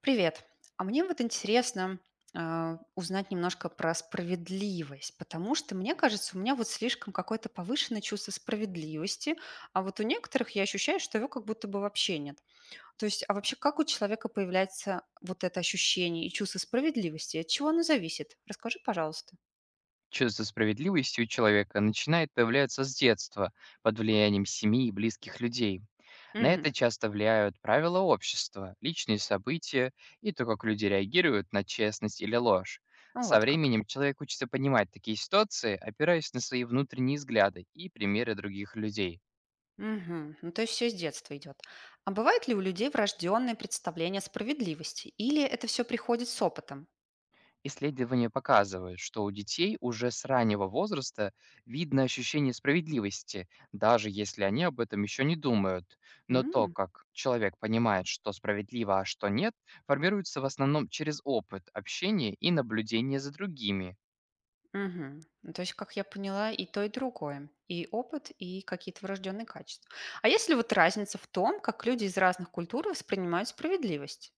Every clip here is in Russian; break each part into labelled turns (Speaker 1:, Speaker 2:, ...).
Speaker 1: Привет. А мне вот интересно узнать немножко про справедливость, потому что, мне кажется, у меня вот слишком какое-то повышенное чувство справедливости, а вот у некоторых я ощущаю, что его как будто бы вообще нет. То есть, а вообще как у человека появляется вот это ощущение и чувство справедливости? От чего оно зависит? Расскажи, пожалуйста.
Speaker 2: Чувство справедливости у человека начинает появляться с детства, под влиянием семьи и близких людей. На
Speaker 1: Угу.
Speaker 2: это часто влияют правила общества, личные события и то, как люди реагируют на честность или ложь.
Speaker 1: Ну,
Speaker 2: Со
Speaker 1: вот как.
Speaker 2: временем человек учится понимать такие ситуации, опираясь на свои внутренние взгляды и примеры других людей.
Speaker 1: Мгм. Ну, то есть все с детства идет. А бывает ли у людей врожденное представление о справедливости? Или это все приходит с опытом?
Speaker 2: Исследования показывают, что у детей уже с раннего возраста видно ощущение справедливости, даже если они об этом еще не думают. Но то,
Speaker 1: М,
Speaker 2: как человек понимает, что справедливо, а что нет, формируется в основном через опыт, общение и наблюдение за другими.
Speaker 1: Мгм. Ну, то есть, как я поняла, и то, и другое. И опыт, и какие-то врожденные качества. А есть ли вот разница в том, как люди из разных культур воспринимают справедливость?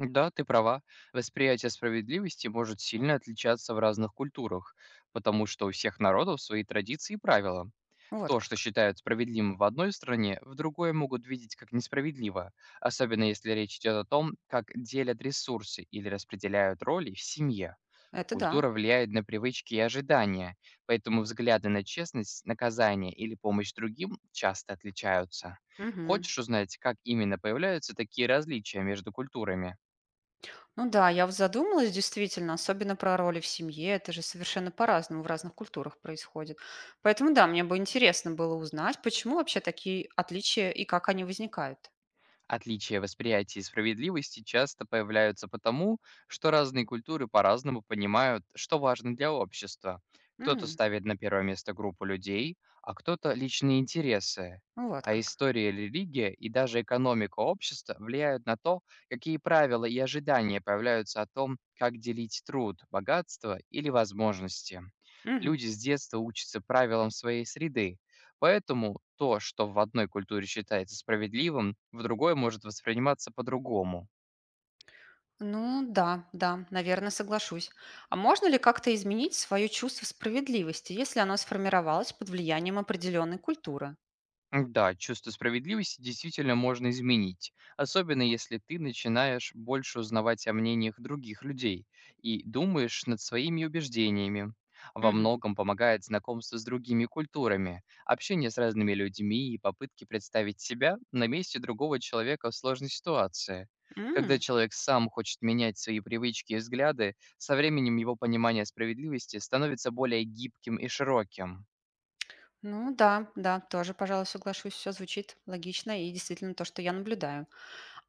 Speaker 2: Да, ты права, восприятие справедливости может сильно отличаться в разных культурах, потому что у всех народов свои традиции и правила.
Speaker 1: Вот
Speaker 2: То, что
Speaker 1: как.
Speaker 2: считают справедливым в одной стране, в другой могут видеть как несправедливо, особенно если речь идет о том, как делят ресурсы или распределяют роли в семье.
Speaker 1: Это да.
Speaker 2: Культура влияет на привычки и ожидания, поэтому взгляды на честность, наказание или помощь другим часто отличаются.
Speaker 1: Мгм.
Speaker 2: Хочешь узнать, как именно появляются такие различия между культурами?
Speaker 1: Ну да, я вот задумалась действительно, особенно про роли в семье. Это же совершенно по-разному в разных культурах происходит. Поэтому да, мне бы интересно было узнать, почему вообще такие отличия и как они возникают.
Speaker 2: Отличия восприятия справедливости часто появляются потому, что разные культуры по-разному понимают, что важно для общества. Кто-то
Speaker 1: М,
Speaker 2: ставит на первое место группу людей, а кто-то личные интересы.
Speaker 1: Ну вот
Speaker 2: А
Speaker 1: как.
Speaker 2: история, религия и даже экономика общества влияют на то, какие правила и ожидания появляются о том, как делить труд, богатство или возможности.
Speaker 1: Мгм.
Speaker 2: Люди с детства учатся правилам своей среды, поэтому то, что в одной культуре считается справедливым, в другой может восприниматься по-другому.
Speaker 1: Ну да, да, наверное, соглашусь. А можно ли как-то изменить свое чувство справедливости, если оно сформировалось под влиянием определенной культуры?
Speaker 2: М, да, чувство справедливости действительно можно изменить, особенно если ты начинаешь больше узнавать о мнениях других людей и думаешь над своими убеждениями. Во
Speaker 1: Мгм.
Speaker 2: многом помогает знакомство с другими культурами, общение с разными людьми и попытки представить себя на месте другого человека в сложной ситуации. Когда
Speaker 1: М,
Speaker 2: человек сам хочет менять свои привычки и взгляды, со временем его понимание справедливости становится более гибким и широким.
Speaker 1: Ну да, да, тоже, пожалуй, соглашусь. Все звучит логично и действительно то, что я наблюдаю.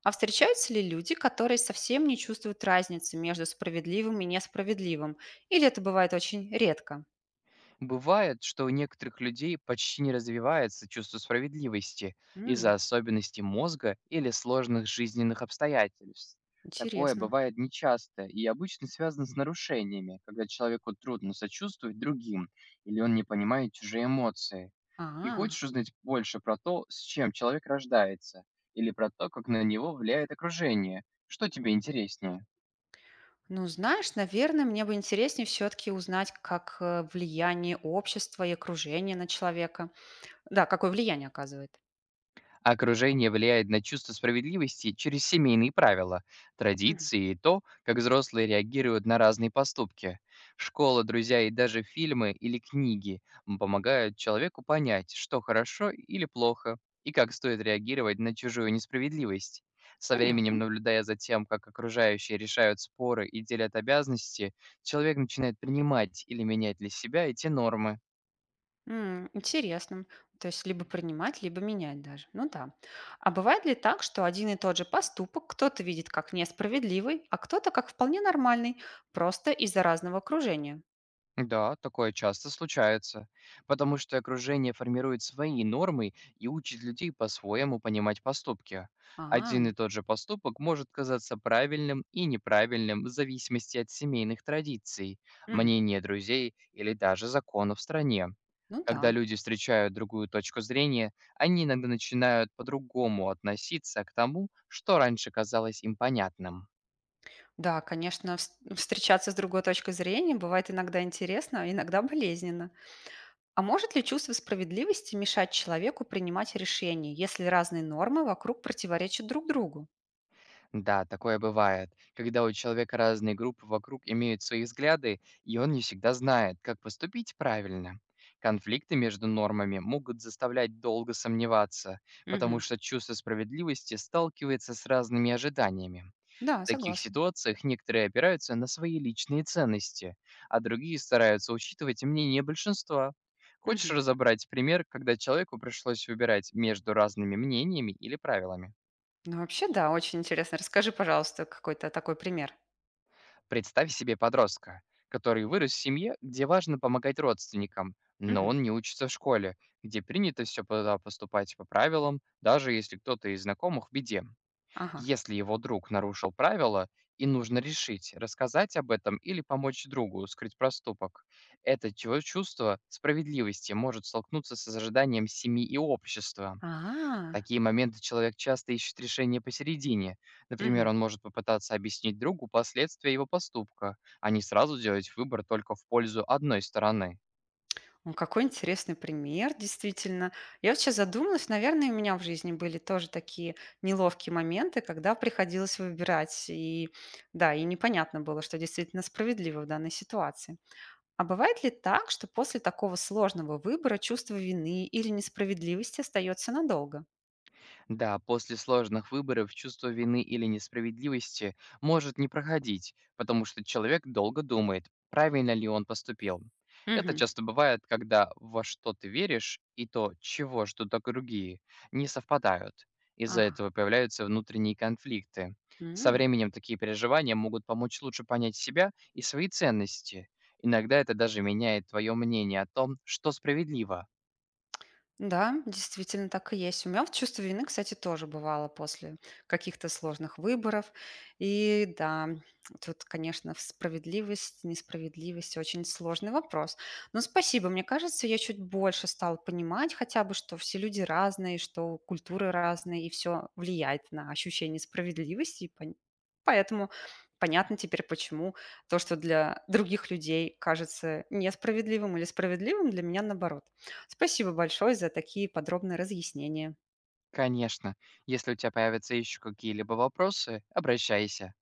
Speaker 1: А встречаются ли люди, которые совсем не чувствуют разницы между справедливым и несправедливым? Или это бывает очень редко?
Speaker 2: Бывает, что у некоторых людей почти не развивается чувство справедливости
Speaker 1: М,
Speaker 2: из-за особенностей мозга или сложных жизненных обстоятельств. Такое
Speaker 1: Интересно.
Speaker 2: бывает нечасто и обычно связано с нарушениями, когда человеку трудно сочувствовать другим или он не понимает чужие эмоции. И
Speaker 1: А.
Speaker 2: хочешь узнать больше про то, с чем человек рождается, или про то, как на него влияет окружение? Что тебе интереснее?
Speaker 1: Ну, знаешь, наверное, мне бы интереснее все-таки узнать, как влияние общества и окружения на человека. Да, какое влияние оказывает.
Speaker 2: Окружение влияет на чувство справедливости через семейные правила,
Speaker 1: Мгм.
Speaker 2: традиции и то, как взрослые реагируют на разные поступки. Школа, друзья и даже фильмы или книги помогают человеку понять, что хорошо или плохо, и как стоит реагировать на чужую несправедливость. Со временем,
Speaker 1: Понятно.
Speaker 2: наблюдая за тем, как окружающие решают споры и делят обязанности, человек начинает принимать или менять для себя эти нормы.
Speaker 1: М, интересно. То есть либо принимать, либо менять даже. Ну да. А бывает ли так, что один и тот же поступок кто-то видит как несправедливый, а кто-то как вполне нормальный, просто из-за разного окружения?
Speaker 2: Да, такое часто случается, потому что окружение формирует свои нормы и учит людей по-своему понимать поступки.
Speaker 1: А,
Speaker 2: Один и тот же поступок может казаться правильным и неправильным в зависимости от семейных традиций,
Speaker 1: мгм.
Speaker 2: мнения друзей или даже законов в стране.
Speaker 1: Ну да.
Speaker 2: Когда люди встречают другую точку зрения, они иногда начинают по-другому относиться к тому, что раньше казалось им понятным.
Speaker 1: Да, конечно, встречаться с другой точкой зрения бывает иногда интересно, а иногда болезненно. А может ли чувство справедливости мешать человеку принимать решения, если разные нормы вокруг противоречат друг другу?
Speaker 2: Да, такое бывает, когда у человека разные группы вокруг имеют свои взгляды, и он не всегда знает, как поступить правильно. Конфликты между нормами могут заставлять долго сомневаться, потому
Speaker 1: Мгм.
Speaker 2: что чувство справедливости сталкивается с разными ожиданиями. В
Speaker 1: Да,
Speaker 2: таких
Speaker 1: согласна.
Speaker 2: ситуациях некоторые опираются на свои личные ценности, а другие стараются учитывать мнение большинства. Хочешь
Speaker 1: Мгм.
Speaker 2: разобрать пример, когда человеку пришлось выбирать между разными мнениями или правилами?
Speaker 1: Ну, вообще, да, очень интересно. Расскажи, пожалуйста, какой-то такой пример.
Speaker 2: Представь себе подростка, который вырос в семье, где важно помогать родственникам, но
Speaker 1: Мгм.
Speaker 2: он не учится в школе, где принято все поступать по правилам, даже если кто-то из знакомых в беде.
Speaker 1: Ага.
Speaker 2: Если его друг нарушил правила, и нужно решить, рассказать об этом или помочь другу скрыть проступок. Это чувство справедливости может столкнуться с ожиданием семьи и общества. В
Speaker 1: А,
Speaker 2: такие моменты человек часто ищет решение посередине. Например,
Speaker 1: мгм.
Speaker 2: он может попытаться объяснить другу последствия его поступка, а не сразу делать выбор только в пользу одной стороны.
Speaker 1: Ну, какой интересный пример, действительно. Я вот сейчас задумалась, наверное, у меня в жизни были тоже такие неловкие моменты, когда приходилось выбирать. И да, и непонятно было, что действительно справедливо в данной ситуации. А бывает ли так, что после такого сложного выбора чувство вины или несправедливости остается надолго?
Speaker 2: Да, после сложных выборов чувство вины или несправедливости может не проходить, потому что человек долго думает, правильно ли он поступил. Это
Speaker 1: Мгм.
Speaker 2: часто бывает, когда во что ты веришь и то, чего ждут другие, не совпадают. Из-за
Speaker 1: Ага.
Speaker 2: этого появляются внутренние конфликты. Со
Speaker 1: М.
Speaker 2: временем такие переживания могут помочь лучше понять себя и свои ценности. Иногда это даже меняет твое мнение о том, что справедливо.
Speaker 1: Да, действительно так и есть. У меня вот чувство вины, кстати, тоже бывало после каких-то сложных выборов. И да, тут, конечно, в справедливость, несправедливость очень сложный вопрос. Но спасибо, мне кажется, я чуть больше стала понимать хотя бы, что все люди разные, что культуры разные, и все влияет на ощущение справедливости. Поэтому понятно теперь, почему то, что для других людей кажется несправедливым или справедливым, для меня наоборот. Спасибо большое за такие подробные разъяснения.
Speaker 2: Конечно, если у тебя появятся еще какие-либо вопросы, обращайся.